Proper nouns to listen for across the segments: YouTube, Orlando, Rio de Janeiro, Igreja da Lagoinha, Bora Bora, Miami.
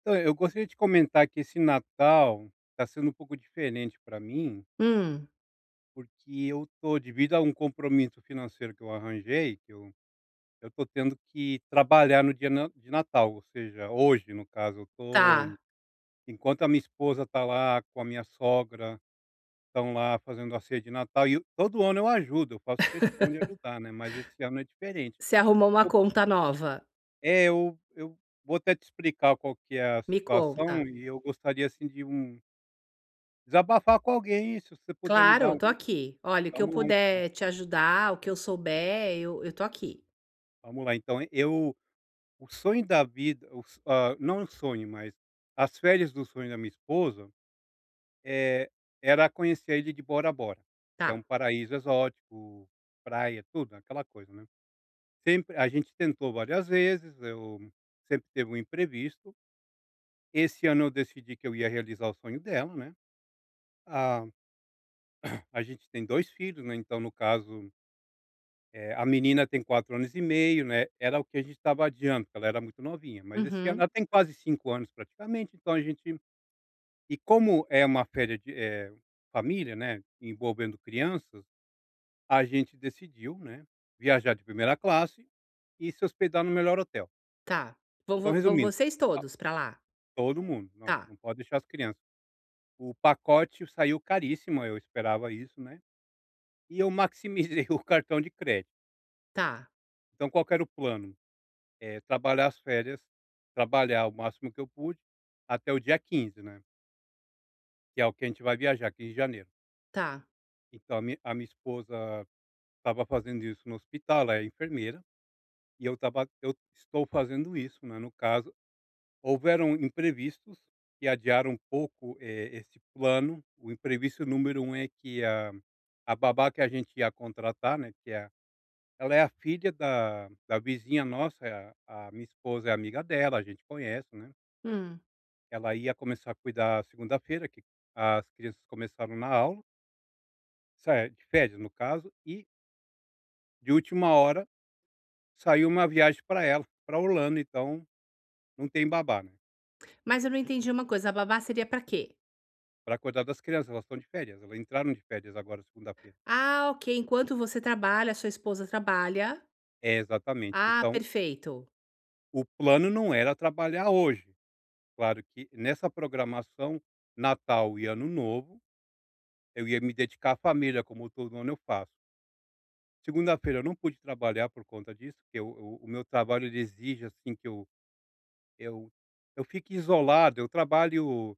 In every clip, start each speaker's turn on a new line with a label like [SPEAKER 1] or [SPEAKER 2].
[SPEAKER 1] Então, eu gostaria de comentar que esse Natal está sendo um pouco diferente para mim,
[SPEAKER 2] Hum,
[SPEAKER 1] porque eu tô devido a um compromisso financeiro que eu arranjei, que eu tô tendo que trabalhar no dia na de Natal, ou seja, hoje, no caso, eu tô
[SPEAKER 2] tá.
[SPEAKER 1] enquanto a minha esposa tá lá com a minha sogra, estão lá fazendo a ceia de Natal e eu- todo ano eu ajudo, eu faço questão de ajudar, né, mas esse ano é diferente.
[SPEAKER 2] Você arrumou uma
[SPEAKER 1] Eu
[SPEAKER 2] conta nova?
[SPEAKER 1] é, eu vou até te explicar qual que é a
[SPEAKER 2] Me conta.
[SPEAKER 1] situação e eu gostaria, assim, de um desabafar com alguém, se você puder me dar
[SPEAKER 2] Claro, tô
[SPEAKER 1] algum
[SPEAKER 2] aqui. Olha, o que eu
[SPEAKER 1] vamos lá então,
[SPEAKER 2] puder te ajudar, o que eu souber, eu tô aqui.
[SPEAKER 1] vamos lá então. Eu o sonho da vida, o so não o sonho, mas as férias do sonho da minha esposa, eh, era conhecer a ilha de Bora Bora, que é
[SPEAKER 2] Tá.
[SPEAKER 1] um paraíso exótico, praia, tudo, aquela coisa, né. Sempre a gente tentou várias vezes, eu sempre teve um imprevisto. Esse ano eu decidi que eu ia realizar o sonho dela, né. Ah, a gente tem 2 filhos, né, então no caso a menina tem 4 anos e meio, né, era o que a gente estava adiando, porque ela era muito novinha, mas esse ano
[SPEAKER 2] Uhum,
[SPEAKER 1] ela tem quase 5 anos praticamente, então a gente e como é uma férias de, família, né, envolvendo crianças, a gente decidiu, né, viajar de primeira classe e se hospedar no melhor hotel.
[SPEAKER 2] tá. Vão
[SPEAKER 1] Então,
[SPEAKER 2] vo vão
[SPEAKER 1] resumindo,
[SPEAKER 2] vocês
[SPEAKER 1] o pa
[SPEAKER 2] todos pra lá?
[SPEAKER 1] todo mundo, não,
[SPEAKER 2] Tá,
[SPEAKER 1] não pode deixar as crianças. O pacote saiu caríssimo, eu esperava isso, né, e eu maximizei o cartão de crédito.
[SPEAKER 2] tá,
[SPEAKER 1] Então qual que era o plano? Trabalhar as férias, trabalhar o máximo que eu pude até o dia quinze, né, que é o que a gente vai viajar, 15 de janeiro.
[SPEAKER 2] tá.
[SPEAKER 1] Então a minha esposa estava fazendo isso no hospital, ela é enfermeira, e eu estou fazendo isso, né, no caso. Houveram imprevistos que adiaram um pouco, esse plano. O imprevisto número um é que a babá que a gente ia contratar, né, que é ela é a filha da vizinha nossa, é a minha esposa é amiga dela, a gente conhece, né.
[SPEAKER 2] Hum.
[SPEAKER 1] Ela ia começar a cuidar segunda-feira, que as crianças começaram na aula, sai de férias no caso, e de última hora saiu uma viagem para ela, para Orlando, então não tem babá, né,
[SPEAKER 2] Mas eu não entendi uma coisa, a babá seria pra quê?
[SPEAKER 1] para cuidar das crianças, elas estão de férias, elas entraram de férias agora segunda-feira.
[SPEAKER 2] Ah, ok, enquanto você trabalha, sua esposa trabalha.
[SPEAKER 1] É, exatamente.
[SPEAKER 2] Ah,
[SPEAKER 1] Então,
[SPEAKER 2] perfeito.
[SPEAKER 1] o plano não era trabalhar hoje, claro que nessa programação, Natal e Ano Novo, eu ia me dedicar à família, como todo ano eu faço. Segunda-feira eu não pude trabalhar por conta disso, porque o meu trabalho ele exige, assim, que Eu eu fico isolado, eu trabalho,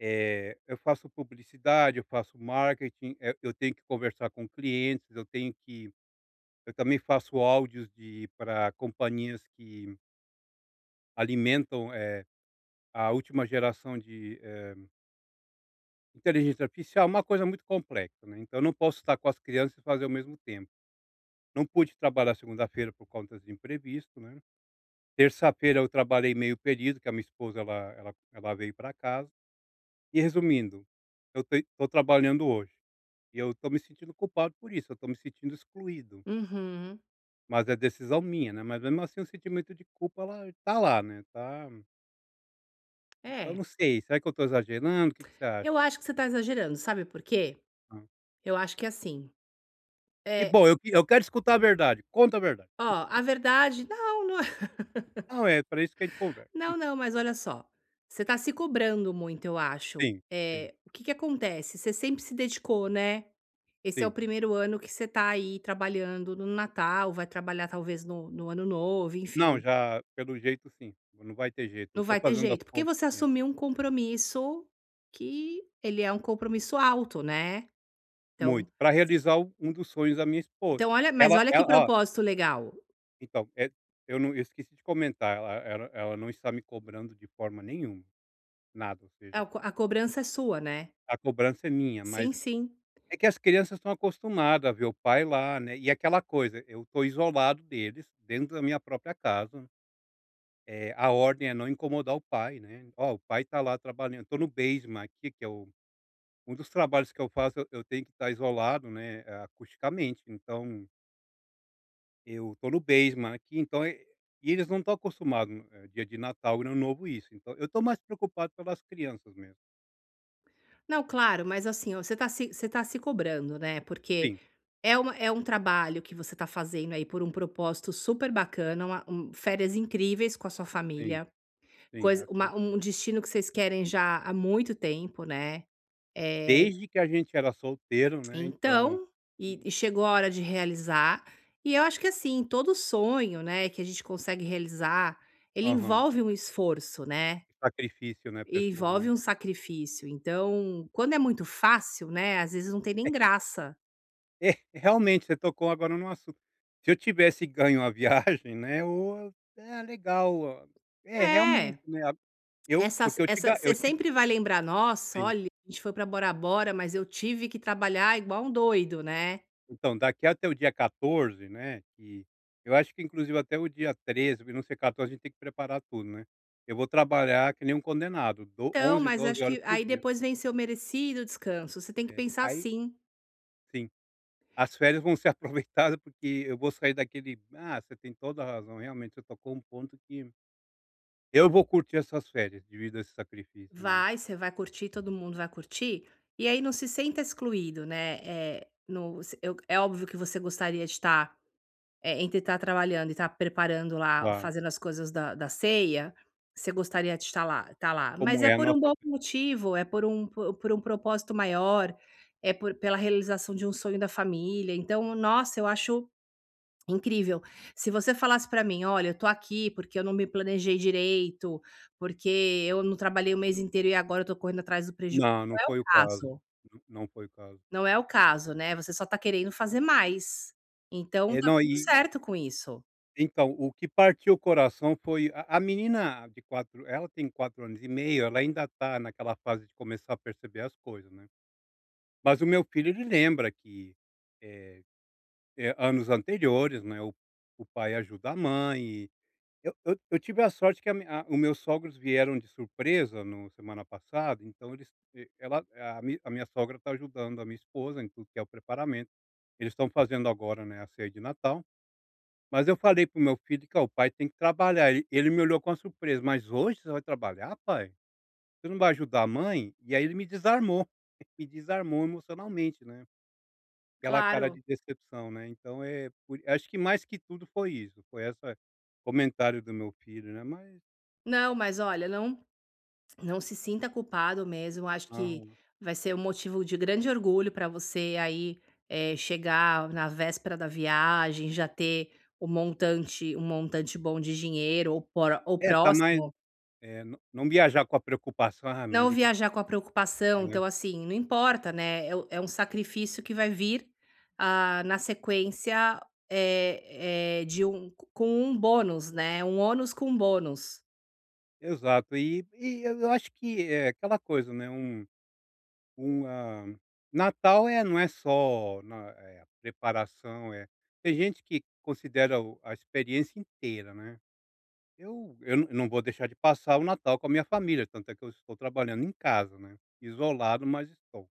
[SPEAKER 1] eu faço publicidade, eu faço marketing, eu tenho que conversar com clientes, eu tenho que eu também faço áudios de para companhias que alimentam, a última geração de, inteligência artificial, uma coisa muito complexa, né, então eu não posso estar com as crianças e fazer ao mesmo tempo. Não pude trabalhar segunda-feira por conta de imprevisto, né. Terça-feira eu trabalhei meio período, que a minha esposa ela veio para casa. E resumindo, eu te estou trabalhando hoje, e eu estou me sentindo culpado por isso, eu estou me sentindo excluído,
[SPEAKER 2] Uhum.
[SPEAKER 1] mas é decisão minha, né, mas mesmo assim o sentimento de culpa ela tá lá, né, tá então não
[SPEAKER 2] É,
[SPEAKER 1] sei, será que eu estou exagerando? O que que você acha?
[SPEAKER 2] eu acho que você tá exagerando, sabe por quê?
[SPEAKER 1] Hã.
[SPEAKER 2] Eu acho que é assim,
[SPEAKER 1] E
[SPEAKER 2] eh
[SPEAKER 1] bom, eu que- eu quero escutar a verdade, conta a verdade.
[SPEAKER 2] ó, a verdade não, não
[SPEAKER 1] Não, é para isso que a gente conversa.
[SPEAKER 2] não, não, mas olha só, você tá se cobrando muito, eu acho.
[SPEAKER 1] Sim, sim,
[SPEAKER 2] É o que que acontece, você sempre se dedicou, né, esse é o
[SPEAKER 1] sim.
[SPEAKER 2] primeiro ano que você tá aí trabalhando no Natal, vai trabalhar talvez no Ano Novo,
[SPEAKER 1] Não,
[SPEAKER 2] enfim,
[SPEAKER 1] já pelo jeito sim, não vai ter jeito, eu
[SPEAKER 2] não
[SPEAKER 1] estou
[SPEAKER 2] vai ter
[SPEAKER 1] fazendo as
[SPEAKER 2] jeito, porque
[SPEAKER 1] contas
[SPEAKER 2] você
[SPEAKER 1] aqui, né,
[SPEAKER 2] assumiu um compromisso que ele é um compromisso alto, né. Então
[SPEAKER 1] muito, para realizar o- um dos sonhos da minha esposa.
[SPEAKER 2] então olha, mas
[SPEAKER 1] Ela
[SPEAKER 2] olha que
[SPEAKER 1] ela ó.
[SPEAKER 2] propósito legal,
[SPEAKER 1] Então, eu não eu esqueci de comentar, ela não está me cobrando de forma nenhuma, nada, ou seja,
[SPEAKER 2] a cobrança é sua, né.
[SPEAKER 1] a cobrança é minha, mas
[SPEAKER 2] Sim, sim.
[SPEAKER 1] é que as crianças estão acostumadas a ver o pai lá, né, e aquela coisa, eu estou isolado deles, dentro da minha própria casa, a ordem é não incomodar o pai, né, "Ó, o pai está lá trabalhando", estou no basement aqui, que é o um dos trabalhos que eu faço, eu tenho que estar isolado, né, acusticamente, então eu tô no basement aqui, então e eles não estão acostumados dia de Natal, Ano Novo, isso, então eu tô mais preocupado pelas crianças mesmo.
[SPEAKER 2] Não, claro, mas assim, ó, você tá se cobrando, né, porque
[SPEAKER 1] Sim,
[SPEAKER 2] é uma um trabalho que você tá fazendo aí por um propósito super bacana, uma um férias incríveis com a sua
[SPEAKER 1] sim,
[SPEAKER 2] família,
[SPEAKER 1] sim, é
[SPEAKER 2] coisa, uma um
[SPEAKER 1] absolutamente.
[SPEAKER 2] destino que vocês querem já há muito tempo, né, eh,
[SPEAKER 1] Desde que a gente era solteiro, né, então
[SPEAKER 2] então
[SPEAKER 1] e
[SPEAKER 2] e chegou a hora de realizar. E eu acho que, assim, todo sonho, né, que a gente consegue realizar, ele
[SPEAKER 1] aham.
[SPEAKER 2] envolve um esforço, né.
[SPEAKER 1] Sacrifício, né, pessoal,
[SPEAKER 2] Envolve
[SPEAKER 1] né.
[SPEAKER 2] um sacrifício, então, quando é muito fácil, né, às vezes não tem nem graça.
[SPEAKER 1] É, realmente, você tocou agora no assunto. Se eu tivesse ganho a viagem, né, ou: é legal". Ó. É, realmente,
[SPEAKER 2] É,
[SPEAKER 1] né, a- eu porque eu te
[SPEAKER 2] essa
[SPEAKER 1] ga eu
[SPEAKER 2] você
[SPEAKER 1] te
[SPEAKER 2] sempre vai lembrar: "Nossa,
[SPEAKER 1] sim.
[SPEAKER 2] olha, a gente foi pra Bora Bora, mas eu tive que trabalhar igual um doido, né".
[SPEAKER 1] Então, daqui até o dia 14, né, que eu acho que inclusive até o dia 13, pra não ser 14, a gente tem que preparar tudo, né. Eu vou trabalhar que nem um condenado, do
[SPEAKER 2] Então,
[SPEAKER 1] 11,
[SPEAKER 2] mas
[SPEAKER 1] 12
[SPEAKER 2] acho
[SPEAKER 1] horas
[SPEAKER 2] que
[SPEAKER 1] por
[SPEAKER 2] aí
[SPEAKER 1] dia.
[SPEAKER 2] depois vem seu merecido descanso, você tem que
[SPEAKER 1] É,
[SPEAKER 2] pensar
[SPEAKER 1] aí
[SPEAKER 2] assim:
[SPEAKER 1] sim, as férias vão ser aproveitadas, porque eu vou sair daquele "Ah, você tem toda a razão", realmente você tocou um ponto que eu vou curtir essas férias devido a esse sacrifício, né.
[SPEAKER 2] vai, você vai curtir, todo mundo vai curtir, e aí não se sinta excluído, né, eh, no se eu é óbvio que você gostaria de estar. É, entre estar trabalhando e estar preparando lá,
[SPEAKER 1] Claro,
[SPEAKER 2] fazendo as coisas da ceia, você gostaria de estar lá, mas
[SPEAKER 1] como
[SPEAKER 2] é
[SPEAKER 1] é a
[SPEAKER 2] por um
[SPEAKER 1] nossa
[SPEAKER 2] bom motivo, é por um po por um propósito maior, é por, pela realização de um sonho da família, então, nossa, eu acho incrível. Se você falasse para mim: "Olha, eu tô aqui porque eu não me planejei direito, porque eu não trabalhei o mês inteiro e agora eu tô correndo atrás do prejuízo",
[SPEAKER 1] não, não
[SPEAKER 2] não é o
[SPEAKER 1] foi o caso,
[SPEAKER 2] caso,
[SPEAKER 1] não não foi o caso.
[SPEAKER 2] não é o caso, né, você só tá querendo fazer mais. Então,
[SPEAKER 1] É,
[SPEAKER 2] tá
[SPEAKER 1] não,
[SPEAKER 2] tudo
[SPEAKER 1] e
[SPEAKER 2] certo com isso.
[SPEAKER 1] então, o que partiu o coração foi a menina de 4 ela tem 4 anos e meio, ela ainda está naquela fase de começar a perceber as coisas, né. Mas o meu filho ele lembra que, eh anos anteriores, né, o pai ajuda a mãe e eu tive a sorte que a mi a o meus sogros vieram de surpresa no semana passada, então eles e ela a mi a minha sogra está ajudando a minha esposa em tudo que é o preparamento. Eles estão fazendo agora, né, a ceia de Natal. Mas eu falei pro meu filho que: "Ó, o pai tem que trabalhar". Ele me olhou com uma surpresa: "Mas hoje você vai trabalhar, pai? Você não vai ajudar a mãe?". E aí ele me desarmou, me desarmou emocionalmente, né. Aquela cara
[SPEAKER 2] Claro.
[SPEAKER 1] de decepção, né. Então é por acho que mais que tudo foi isso, foi essa comentário do meu filho, né. Mas
[SPEAKER 2] Não, mas olha, não, não se sinta culpado mesmo. Acho que
[SPEAKER 1] aham.
[SPEAKER 2] vai ser um motivo de grande orgulho para você aí, eh, chegar na véspera da viagem, já ter o montante, um montante bom de dinheiro ou, por- ou
[SPEAKER 1] É, tá mais
[SPEAKER 2] próximo.
[SPEAKER 1] é, não não viajar com a preocupação: "Ah,
[SPEAKER 2] Não
[SPEAKER 1] mas e que",
[SPEAKER 2] viajar com a
[SPEAKER 1] é,
[SPEAKER 2] preocupação.
[SPEAKER 1] né.
[SPEAKER 2] Então, assim, não importa, né? É, é um sacrifício que vai vir ah, na sequência, de um, com um bônus, né? Um ônus com um bônus.
[SPEAKER 1] Exato. E eu acho que é aquela coisa, né, um um, Natal é não é só na a preparação, é tem gente que considera o a experiência inteira, né. Eu não não vou deixar de passar o Natal com a minha família, tanto é que eu estou trabalhando em casa, né, isolado, mas estou.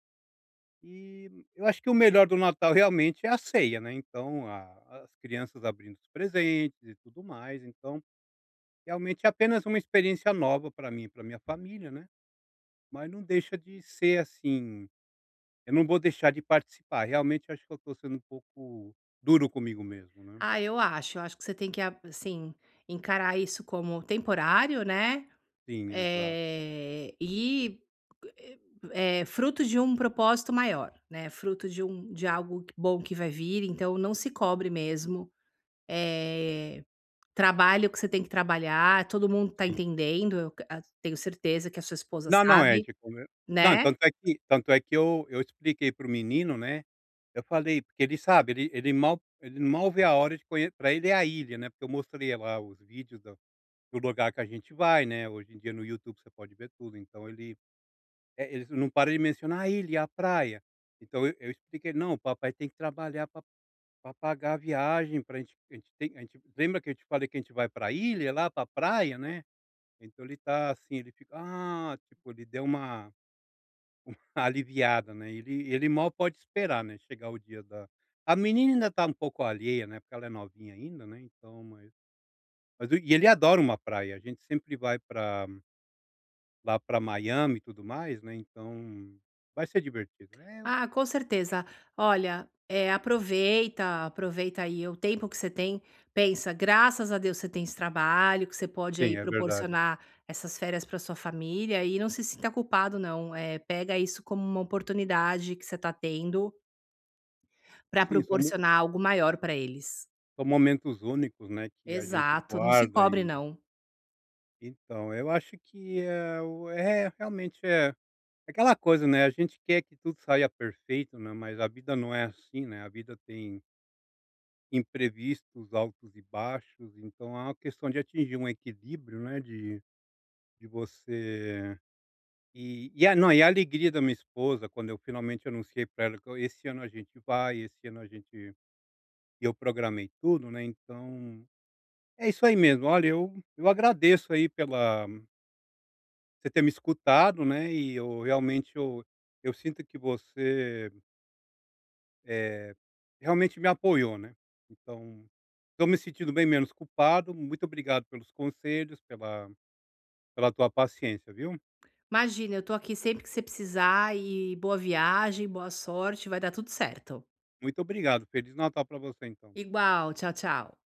[SPEAKER 1] E eu acho que o melhor do Natal realmente é a ceia, né, então a as crianças abrindo os presentes e tudo mais, então realmente é apenas uma experiência nova para mim e pra minha família, né, mas não deixa de ser assim. Eu não vou deixar de participar. Realmente acho que eu estou sendo um pouco duro comigo mesmo, né.
[SPEAKER 2] Ah, eu acho. Eu acho que você tem que, assim, encarar isso como temporário, né?
[SPEAKER 1] Sim, exato,
[SPEAKER 2] E é, fruto de um propósito maior, né? Fruto de um, de algo que- bom que vai vir. Então, não se cobre mesmo. Eh, trabalhe o que você tem que trabalhar. Todo mundo tá
[SPEAKER 1] sim.
[SPEAKER 2] entendendo. Tenho certeza que a sua esposa
[SPEAKER 1] Não, não, é
[SPEAKER 2] sabe,
[SPEAKER 1] tipo né não,
[SPEAKER 2] né?
[SPEAKER 1] tanto é que eu expliquei para o menino, né, eu falei porque ele sabe, ele ele mal vê a hora de conhe para ele é a ilha, né, porque eu mostrei lá os vídeos do do lugar que a gente vai, né, hoje em dia no YouTube você pode ver tudo, então ele ele não para de mencionar a ilha, a praia. Então eu expliquei: "Não, o papai tem que trabalhar pa" para pagar a viagem pra gente a gente tem a gente lembra que eu te falei que a gente vai para a ilha lá, para a praia, né. Então ele tá assim, ele fica: "Ah", tipo, ele deu uma aliviada, né. Ele mal pode esperar, né, chegar o dia da a menina ainda tá um pouco alheia, né, porque ela é novinha ainda, né, então mas o- e ele adora uma praia, a gente sempre vai para lá para Miami e tudo mais, né, então vai ser divertido. É,
[SPEAKER 2] Ah, com certeza. Olha, eh, aproveita, aproveita aí o tempo que você tem. Pensa, graças a Deus você tem esse trabalho, que você pode
[SPEAKER 1] sim,
[SPEAKER 2] aí
[SPEAKER 1] é verdade.
[SPEAKER 2] proporcionar essas férias para sua família e não se sinta culpado, não. Eh, pega isso como uma oportunidade que você está tendo para
[SPEAKER 1] Sim, são mo
[SPEAKER 2] proporcionar algo maior para eles.
[SPEAKER 1] são momentos únicos, né, que a gente
[SPEAKER 2] Exato, não se
[SPEAKER 1] guarda
[SPEAKER 2] cobre,
[SPEAKER 1] e
[SPEAKER 2] não.
[SPEAKER 1] então, eu acho que é o é, realmente é aquela coisa, né, a gente quer que tudo saia perfeito, né, mas a vida não é assim, né, a vida tem imprevistos, altos e baixos, então é uma questão de atingir um equilíbrio, né, de você e a não, e a alegria da minha esposa quando eu finalmente anunciei para ela que eu "Esse ano a gente vai, esse ano a gente" e eu programei tudo, né, então, é isso aí mesmo. Olha, eu agradeço aí pela você ter me escutado, né, e eu realmente eu sinto que você, eh, realmente me apoiou, né. Então, tô me sentindo bem menos culpado, muito obrigado pelos conselhos, pela pela tua paciência, viu.
[SPEAKER 2] Imagina, eu tô aqui sempre que você precisar, e boa viagem, boa sorte, vai dar tudo certo.
[SPEAKER 1] Muito obrigado, feliz Natal para você então.
[SPEAKER 2] Igual, tchau, tchau.